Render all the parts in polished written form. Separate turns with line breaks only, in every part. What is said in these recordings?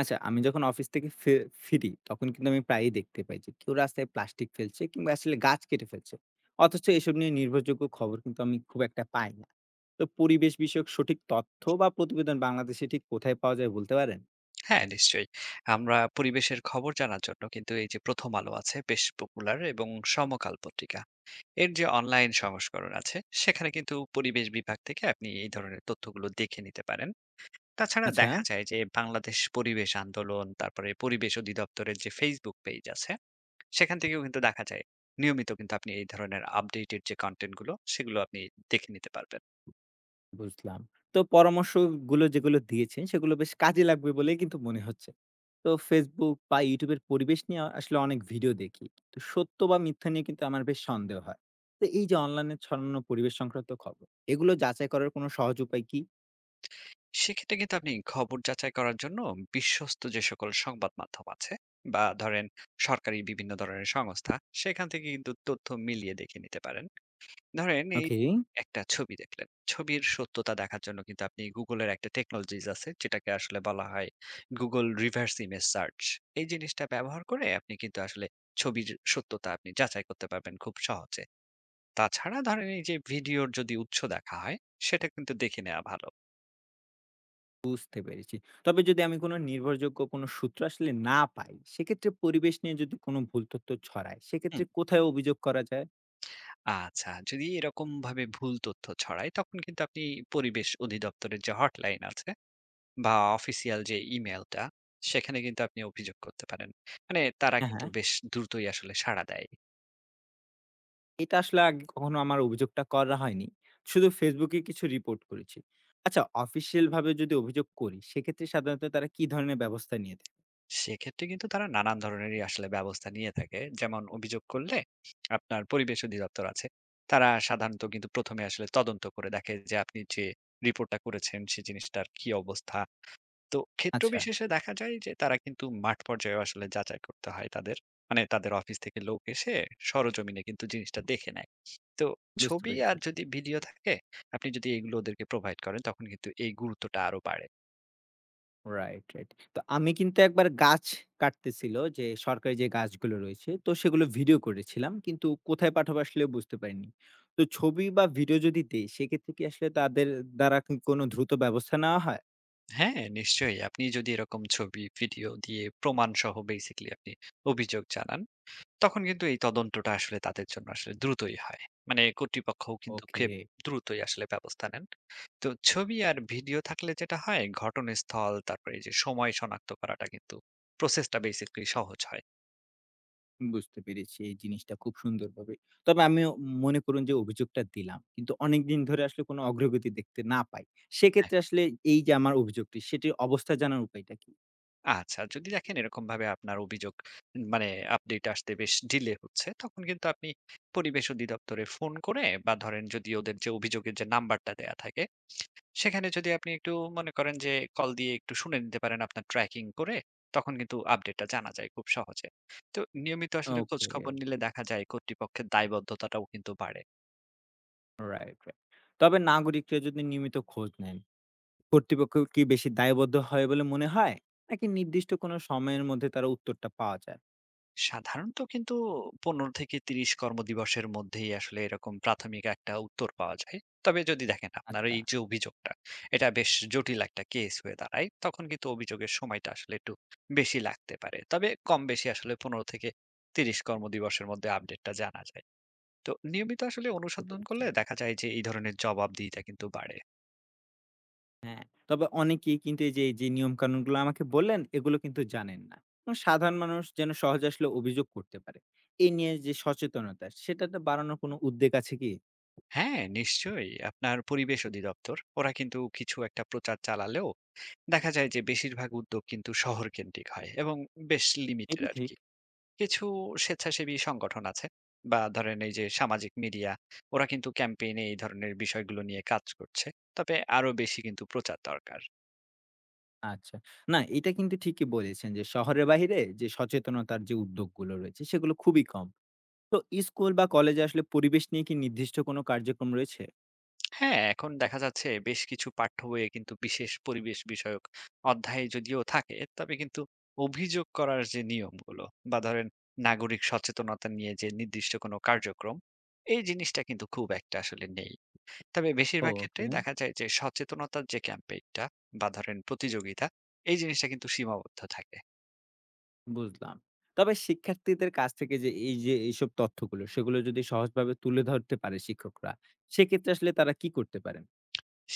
আচ্ছা, আমি যখন অফিস থেকে ফিরি, তখন কিন্তু আমি প্রায়ই দেখতে পাই যে কেউ রাস্তায় প্লাস্টিক ফেলছে কিংবা আসলে গাছ কেটে ফেলছে। অথচ এসব নিয়ে নির্ভরযোগ্য খবর কিন্তু আমি খুব একটা পাই না। তো পরিবেশ বিষয়ক সঠিক তথ্য বা প্রতিবেদন বাংলাদেশে ঠিক কোথায় পাওয়া যায় বলতে পারেন?
হ্যাঁ, নিশ্চয়ই। আমরা পরিবেশের খবর জানার জন্য কিন্তু এই যে 'প্রথম আলো' আছে বেশ পপুলার, এবং সমকাল পত্রিকা। এর যে অনলাইন সংস্করণ আছে সেখানে কিন্তু পরিবেশ বিভাগ থেকে আপনি এই ধরনের তথ্যগুলো দেখে নিতে পারেন। তাছাড়া
আচ্ছা,
দেখা যায় যে বাংলাদেশ পরিবেশ আন্দোলন, তারপরে পরিবেশ অধিদপ্তরের যে Facebook পেজ আছে, সেখান থেকেও কিন্তু দেখা যায় নিয়মিত কিন্তু আপনি এই ধরনের আপডেটেড যে কনটেন্ট গুলো সেগুলো আপনি দেখে নিতে পারবেন।
বুঝলাম। তো পরামর্শগুলো যেগুলো দিয়েছেন সেগুলো বেশ কাজে লাগবে বলেই কিন্তু মনে হচ্ছে। তো Facebook বা YouTube এর পরিবেশ নিয়ে আসলে অনেক ভিডিও দেখি। তো সত্য বা মিথ্যা নিয়ে কিন্তু আমার বেশ সন্দেহ হয়। তো এই যে অনলাইনে ছড়ানো পরিবেশ সংক্রান্ত খবর, এগুলো যাচাই করার কোনো সহজ উপায় কি?
সেক্ষেত্রে কিন্তু আপনি খবর যাচাই করার জন্য বিশ্বস্ত যে সকল সংবাদ মাধ্যম আছে, বা ধরেন সরকারি বিভিন্ন ধরনের সংস্থা, সেখান থেকে কিন্তু তথ্য মিলিয়ে দেখে নিতে পারেন। ধরেন এই
ওকে।
একটা ছবি দেখলেন, ছবির সত্যতা দেখার জন্য কিন্তু আপনি গুগলের একটা টেকনোলজিস আছে যেটাকে আসলে বলা হয় গুগল রিভার্স ইমেজ সার্চ। এই জিনিসটা ব্যবহার করে আপনি কিন্তু আসলে ছবির সত্যতা আপনি যাচাই করতে পারবেন খুব সহজে। তাছাড়া ধরেন এই যে ভিডিওর যদি উৎস দেখা হয়, সেটা কিন্তু দেখে নেওয়া ভালো।
বুঝতে পেরেছি। তবে যদি আমি কোনো নির্ভরযোগ্য কোনো সূত্র আসলে না পাই, সেক্ষেত্রে পরিবেশ নিয়ে যদি কোনো ভুল তথ্য ছড়ায়, সেক্ষেত্রে
হুম।
কোথায় অভিযোগ করা যায়?
আচ্ছা, যদি এরকমভাবে ভুল তথ্য ছড়ায়, তখন কিন্তু আপনি পরিবেশ অধিদপ্তরের যে হটলাইন আছে বা অফিসিয়াল যে ইমেইলটা, সেখানে কিন্তু আপনি অভিযোগ করতে পারেন। মানে তারা
হ্যাঁ,
কিন্তু
হ্যাঁ।
বেশ দ্রুতই আসলে সাড়া দেয়।
এটা আসলে আগে কখনো আমার অভিযোগটা করা হয়নি। শুধু Facebook এ কিছু রিপোর্ট করেছি। আচ্ছা, অফিসিয়াল ভাবে যদি অভিযোগ করি, সেক্ষেত্রে সাধারণত তারা কি ধরনের ব্যবস্থা নিয়ে থাকে?
সেক্ষেত্রে কিন্তু তারা নানান ধরনেরই আসলে ব্যবস্থা নিয়ে থাকে। যেমন অভিযোগ করলে আপনার পরিবেশ অধিদপ্তর আছে, তারা সাধারণত কিন্তু ১ম এ আসলে তদন্ত করে দেখে যে আপনি যে রিপোর্টটা করেছেন, সে জিনিসটার কি অবস্থা। তো ক্ষেত্র
আচ্ছা।
বিশেষে দেখা যায় যে তারা কিন্তু মাঠ পর্যায়ে আসলে যাচাই করতে হয় তাদের। মানে তাদের অফিস থেকে লোক এসে সরজমিনে কিন্তু জিনিসটা দেখে নেয়। তো
বুঝতে
ছবি আর
পেরেছি।
যদি ভিডিও থাকে, আপনি যদি এগুলো ওদেরকে প্রোভাইড করেন, তখন কিন্তু এই গুরুত্বটা আরো বাড়ে।
Right, right. তো আমি কিন্তু একবার গাছ কাটতেছিল যে সরকারি যে গাছগুলো রয়েছে, তো সেগুলো ভিডিও করেছিলাম। কিন্তু কোথায় পাঠাবো আসলে বুঝতে পারিনি। তো ছবি বা ভিডিও যদি দেই, সেক্ষেত্রে কি আসলে তাদের দ্বারা কি কোনো দ্রুত ব্যবস্থা নেওয়া হয়?
হ্যাঁ, নিশ্চয়ই। আপনি যদি এরকম ছবি, ভিডিও দিয়ে প্রমাণসহ বেসিক্যালি আপনি অভিযোগ জানান, তখন কিন্তু এই তদন্তটা আসলে তাদের জন্য আসলে দ্রুতই হয়। মানে কর্তৃপক্ষও কিন্তু খুব
ওকে।
দ্রুতই আসলে ব্যবস্থা নেন। তো ছবি আর ভিডিও থাকলে যেটা হয় ঘটনাস্থল তারপরে এই যে সময় শনাক্ত করাটা কিন্তু প্রসেসটা বেসিক্যালি সহজ হয়।
বুঝতে পেরেছি এই জিনিসটা খুব সুন্দরভাবে। তবে আমিও মনে করুন যে অভিযোগটা দিলাম। কিন্তু অনেকদিন ধরে আসলে কোনো অগ্রগতি দেখতে না পাই।
হ্যাঁ।
সেক্ষেত্রে আসলে এই যে আমার অভিযোগটি সেটির অবস্থা জানার উপায়টা কি?
আচ্ছা, যদি দেখেন এরকম ভাবে আপনার অভিযোগ, মানে আপডেট আসতে বেশ ডিলে হচ্ছে, তখন কিন্তু আপনি পরিবেশ অধিদপ্তরে ফোন করে বা ধরেন যদি ওদের যে অভিযোগের যে নাম্বারটা দেয়া থাকে সেখানে যদি আপনি একটু মনে করেন যে কল দিয়ে একটু শুনে নিতে পারেন আপনার ট্র্যাকিং করে, তখন কিন্তু আপডেটটা জানা যায় খুব সহজে। তো নিয়মিত আসলে খোঁজ
ওকে,
খবর নিলে দেখা যায় কর্তৃপক্ষের দায়বদ্ধতাটাও কিন্তু বাড়ে।
Right, right. তবে নাগরিকরা যদি নিয়মিত খোঁজ নেন, কর্তৃপক্ষ কি বেশি দায়বদ্ধ হয় বলে মনে হয়? নাকি নির্দিষ্ট কোনো সময়ের মধ্যে তারা উত্তরটা পাওয়া যায়?
সাধারণত কিন্তু ১৫ থেকে ৩০ কর্মদিবসের মধ্যেই আসলে এরকম প্রাথমিক একটা উত্তর পাওয়া যায়। তবে যদি দেখেন আপনার
আচ্ছা,
এই যে অভিযোগটা, এটা বেশ জটিল একটা কেস হয়ে দাঁড়ায়, তখন কিন্তু অভিযোগের সময়টা আসলে একটু বেশি লাগতে পারে। তবে কম বেশি আসলে ১৫ থেকে ৩০ কর্মদিবসের মধ্যে আপডেটটা জানা যায়। তো নিয়মিত আসলে
বুঝতে
অনুসন্ধান
পেরেছি।
করলে দেখা যায় যে এই ধরনের জবাবদিহিতা কিন্তু বাড়ে।
তবে অনেকেই কিন্তু এই যে নিয়মকানুনগুলো আমাকে বললেন, এগুলো কিন্তু জানেন না। এবং সাধারণ মানুষ যেন সহজে আসলে অভিযোগ করতে পারে। এই নিয়ে যে সচেতনতা, সেটাতে বাড়ানোর কোনো উদ্বেগ আছে কি?
হ্যাঁ, নিশ্চয়ই। আপনার পরিবেশ অধিদপ্তর ওরা কিন্তু কিছু একটা প্রচার চালালেও দেখা যায় যে বেশিরভাগ উদ্যোগ কিন্তু শহর কেন্দ্রিক হয়, এবং বেশ লিমিটেড
এটা
আর
ঠিক।
কি। কিছু স্বেচ্ছাসেবী সংগঠন আছে বা ধরেন এই যে সামাজিক মিডিয়া, ওরা কিন্তু ক্যাম্পেইনে এই ধরনের বিষয়গুলো নিয়ে কাজ করছে। তবে আরো বেশি কিন্তু প্রচার দরকার।
আচ্ছা। না, এটা কিন্তু ঠিকই বলেছেন যে শহরের বাহিরে যে সচেতনতার যে উদ্যোগগুলো রয়েছে, সেগুলো খুবই কম। তো স্কুল বা কলেজে আসলে পরিবেশ নিয়ে কি নির্দিষ্ট কোনো কার্যক্রম রয়েছে?
হ্যাঁ, এখন দেখা যাচ্ছে বেশ কিছু পাঠ্য বইয়ে কিন্তু বিশেষ পরিবেশ বিষয়ক অধ্যায় যদিও থাকে, তবে কিন্তু অভিযোগ করার যে নিয়মগুলো বা ধরেন নাগরিক সচেতনতা নিয়ে যে নির্দিষ্ট কোনো কার্যক্রম, এই জিনিসটা কিন্তু খুব একটা আসলে নেই। তবে বেশিরভাগ
ওকে।
ক্ষেত্রেই দেখা যায় যে সচেতনতার যে ক্যাম্পেইনটা বা ধরেন প্রতিযোগিতা, এই জিনিসটা কিন্তু সীমাবদ্ধ থাকে।
বুঝলাম। তবে শিক্ষার্থীদের কাছ থেকে যে এই যে এইসব তথ্যগুলো, সেগুলো যদি সহজভাবে তুলে ধরতে পারে শিক্ষকরা, সেক্ষেত্রে আসলে তারা কি করতে পারেন?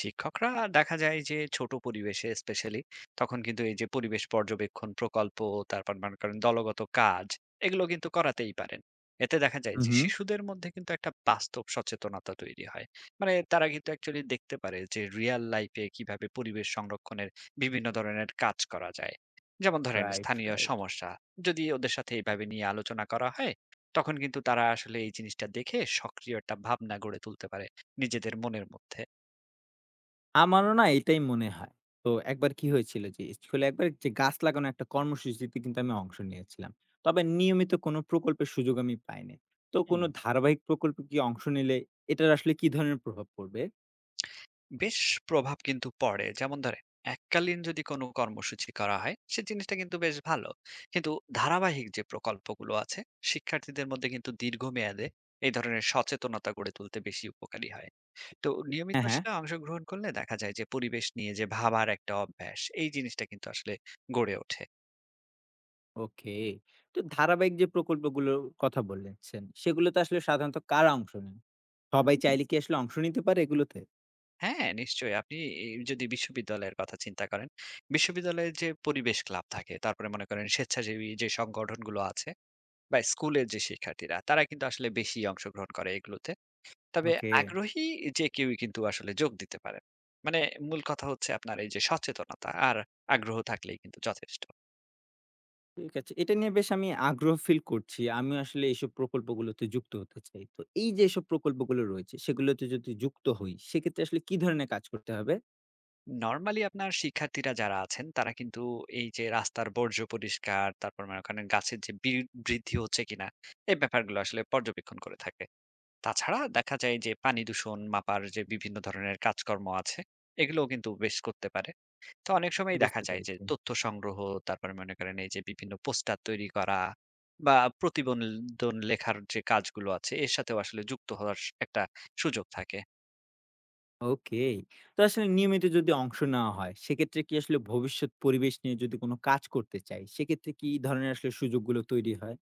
শিক্ষকরা দেখা যায় যে ছোট পরিবেশে স্পেশালি, তখন কিন্তু এই যে পরিবেশ পর্যবেক্ষণ প্রকল্প, তারপর মনে করেন দলগত কাজ, এগুলো কিন্তু করাতেই পারেন। এতে দেখা যায়
হু,
যে
হু।
শিশুদের মধ্যে কিন্তু একটা বাস্তব সচেতনতা তৈরি হয়। মানে তারা কিন্তু অ্যাকচুয়ালি দেখতে পারে যে রিয়েল লাইফে কিভাবে পরিবেশ সংরক্ষণের বিভিন্ন ধরনের কাজ করা যায়। যেমন ধরেন
রাইট,
স্থানীয়
রাইট।
সমস্যা যদি ওদের সাথে এইভাবে নিয়ে আলোচনা করা হয়, তখন কিন্তু তারা আসলে এই জিনিসটা দেখে সক্রিয় একটা ভাবনা গড়ে তুলতে পারে নিজেদের মনের মধ্যে।
আমারও না এটাই মনে হয়। তো একবার কি হয়েছিল যে স্কুলে একবার যে গাছ লাগানো একটা কর্মসূচিতে কিন্তু আমি অংশ নিয়েছিলাম। তবে নিয়মিত কোনো প্রকল্পের সুযোগ আমি পাইনি। তো
হুম
কোনো ধারাবাহিক প্রকল্পে কি অংশ নিলে এটার আসলে কি ধরনের প্রভাব পড়বে?
বেশ প্রভাব কিন্তু পড়ে। যেমন ধরেন, এককালীন যদি কোনো কর্মসূচি করা হয়, সে জিনিসটা কিন্তু বেশ ভালো। কিন্তু ধারাবাহিক যে প্রকল্পগুলো আছে, শিক্ষার্থীদের মধ্যে কিন্তু দীর্ঘমেয়াদে এই ধরনের সচেতনতা গড়ে তুলতে বেশি উপকারী হয়। তো নিয়মিত
হ্যাঁ, হ্যাঁ।
আসলে অংশগ্রহণ করলে দেখা যায় যে পরিবেশ নিয়ে যে ভাবার একটা অভ্যাস, এই জিনিসটা কিন্তু আসলে গড়ে ওঠে।
ওকে। তো ধারাবাহিক যে প্রকল্পগুলোর কথা বলেছেন, সেগুলোতে আসলে সাধারণত কারা অংশ নেন? সবাই
হুম,
চাইলে কি আসলে অংশ নিতে পারে এগুলোতে?
হ্যাঁ, নিশ্চয়ই। আপনি এই যদি বিশ্ববিদ্যালয়ের কথা চিন্তা করেন, বিশ্ববিদ্যালয়ের যে পরিবেশ ক্লাব থাকে, তারপরে মনে করেন স্বেচ্ছাসেবী যে সংগঠনগুলো আছে বা স্কুলের যে শিক্ষার্থীরা, তারা কিন্তু আসলে বেশি অংশগ্রহণ করে এগুলোতে। তবে
ওকে।
আগ্রহী যে কেউই কিন্তু আসলে যোগ দিতে পারে। মানে মূল কথা হচ্ছে আপনার এই যে সচেতনতা আর আগ্রহ থাকলেই কিন্তু যথেষ্ট।
ঠিক আছে। এটা নিয়ে বেশ আমি আগ্রহ ফিল করছি। আমিও আসলে এইসব প্রকল্পগুলোতে যুক্ত হতে চাই। তো এই যে এসব প্রকল্পগুলো রয়েছে, সেগুলোতে যদি যুক্ত হই, সেক্ষেত্রে আসলে কি ধরনের কাজ করতে হবে?
নরমালি আপনার শিক্ষার্থীরা যারা আছেন তারা কিন্তু এই যে রাস্তার বর্জ্য পরিষ্কার, তারপর মানে ওখানে গাছের যে বৃদ্ধি হচ্ছে কিনা এই ব্যাপারগুলো আসলে পর্যবেক্ষণ করে থাকে। তাছাড়া দেখা যায় যে পানি দূষণ মাপার যে বিভিন্ন ধরনের কাজকর্ম আছে, এগুলোও কিন্তু বেশ করতে পারে। তো অনেক সময়ই দেখা
বুঝতে
যায় যে
পেরেছি।
তথ্য সংগ্রহ, তারপরে মনে করেন এই যে বিভিন্ন পোস্টার তৈরি করা বা প্রতিবেদন লেখার যে কাজগুলো আছে এর সাথেও আসলে যুক্ত হওয়ার একটা সুযোগ থাকে।
ওকে। তো আসলে নিয়মিত যদি অংশ নেওয়া হয়, সেক্ষেত্রে কি আসলে ভবিষ্যৎ পরিবেশ নিয়ে যদি কোনো কাজ করতে চাই, সেক্ষেত্রে কি ধরনের আসলে সুযোগগুলো তৈরি হয়?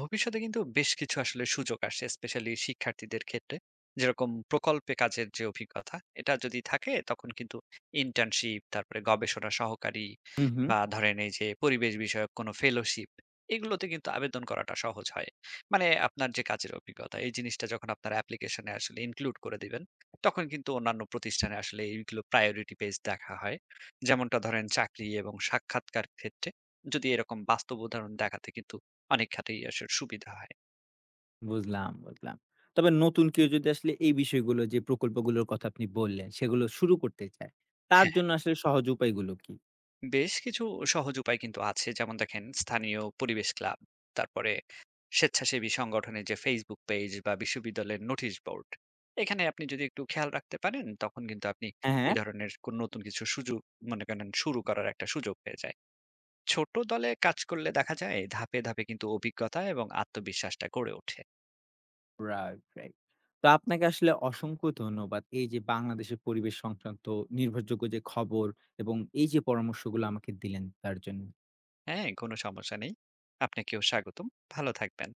ভবিষ্যতে কিন্তু বেশ কিছু আসলে সুযোগ আসে স্পেশালি শিক্ষার্থীদের ক্ষেত্রে। যেরকম প্রকল্পে কাজের যে অভিজ্ঞতা, এটা যদি থাকে, তখন কিন্তু ইন্টার্নশিপ, তারপরে গবেষণা সহকারী
হু, হু।
বা ধরেন এই যে পরিবেশ বিষয়ক কোনো ফেলোশিপ, এগুলোতে কিন্তু আবেদন করাটা সহজ হয়। মানে আপনার যে কাজের অভিজ্ঞতা এই জিনিসটা যখন আপনার অ্যাপ্লিকেশনে আসলে ইনক্লুড করে দিবেন, তখন কিন্তু অন্যান্য প্রতিষ্ঠানে আসলে এইগুলো প্রায়োরিটি বেস দেখা হয়। যেমনটা ধরেন চাকরি এবং সাক্ষাৎকার ক্ষেত্রে যদি এরকম বাস্তব উদাহরণ দেখাতে, কিন্তু অনেক খাতেই আসলে সুবিধা হয়।
বুঝলাম, বুঝলাম। তবে নতুন কেউ যদি আসলে এই বিষয়গুলো যে প্রকল্পগুলোর কথা আপনি বললেন, সেগুলো শুরু করতে চায়, তার
হ্যাঁ,
জন্য
হ্যাঁ,
আসলে সহজ উপায়গুলো কি?
বেশ কিছু সহজ উপায় কিন্তু আছে। যেমন দেখেন স্থানীয় পরিবেশ ক্লাব, তারপরে স্বেচ্ছাসেবী সংগঠনের যে Facebook পেজ বা বিশ্ববিদ্যালয়ের নোটিশ বোর্ড। এখানে আপনি যদি একটু খেয়াল রাখতে পারেন, তখন কিন্তু আপনি
হ্যাঁ,
এ
হ্যাঁ।
ধরনের কোন নতুন কিছু সুযোগ, মনে করেন, শুরু করার একটা সুযোগ হয়ে যায়। ছোট দলে কাজ করলে দেখা যায় ধাপে, ধাপে কিন্তু অভিজ্ঞতা এবং আত্মবিশ্বাসটা গড়ে ওঠে।
Right, right. তো আপনাকে আসলে অসংখ্য ধন্যবাদ। এই যে বাংলাদেশের পরিবেশ সংক্রান্ত নির্ভরযোগ্য যে খবর এবং এই যে পরামর্শগুলো আমাকে দিলেন তার জন্য।
হ্যাঁ, কোন সমস্যা নেই। আপনাকেও স্বাগতম। ভালো থাকবেন।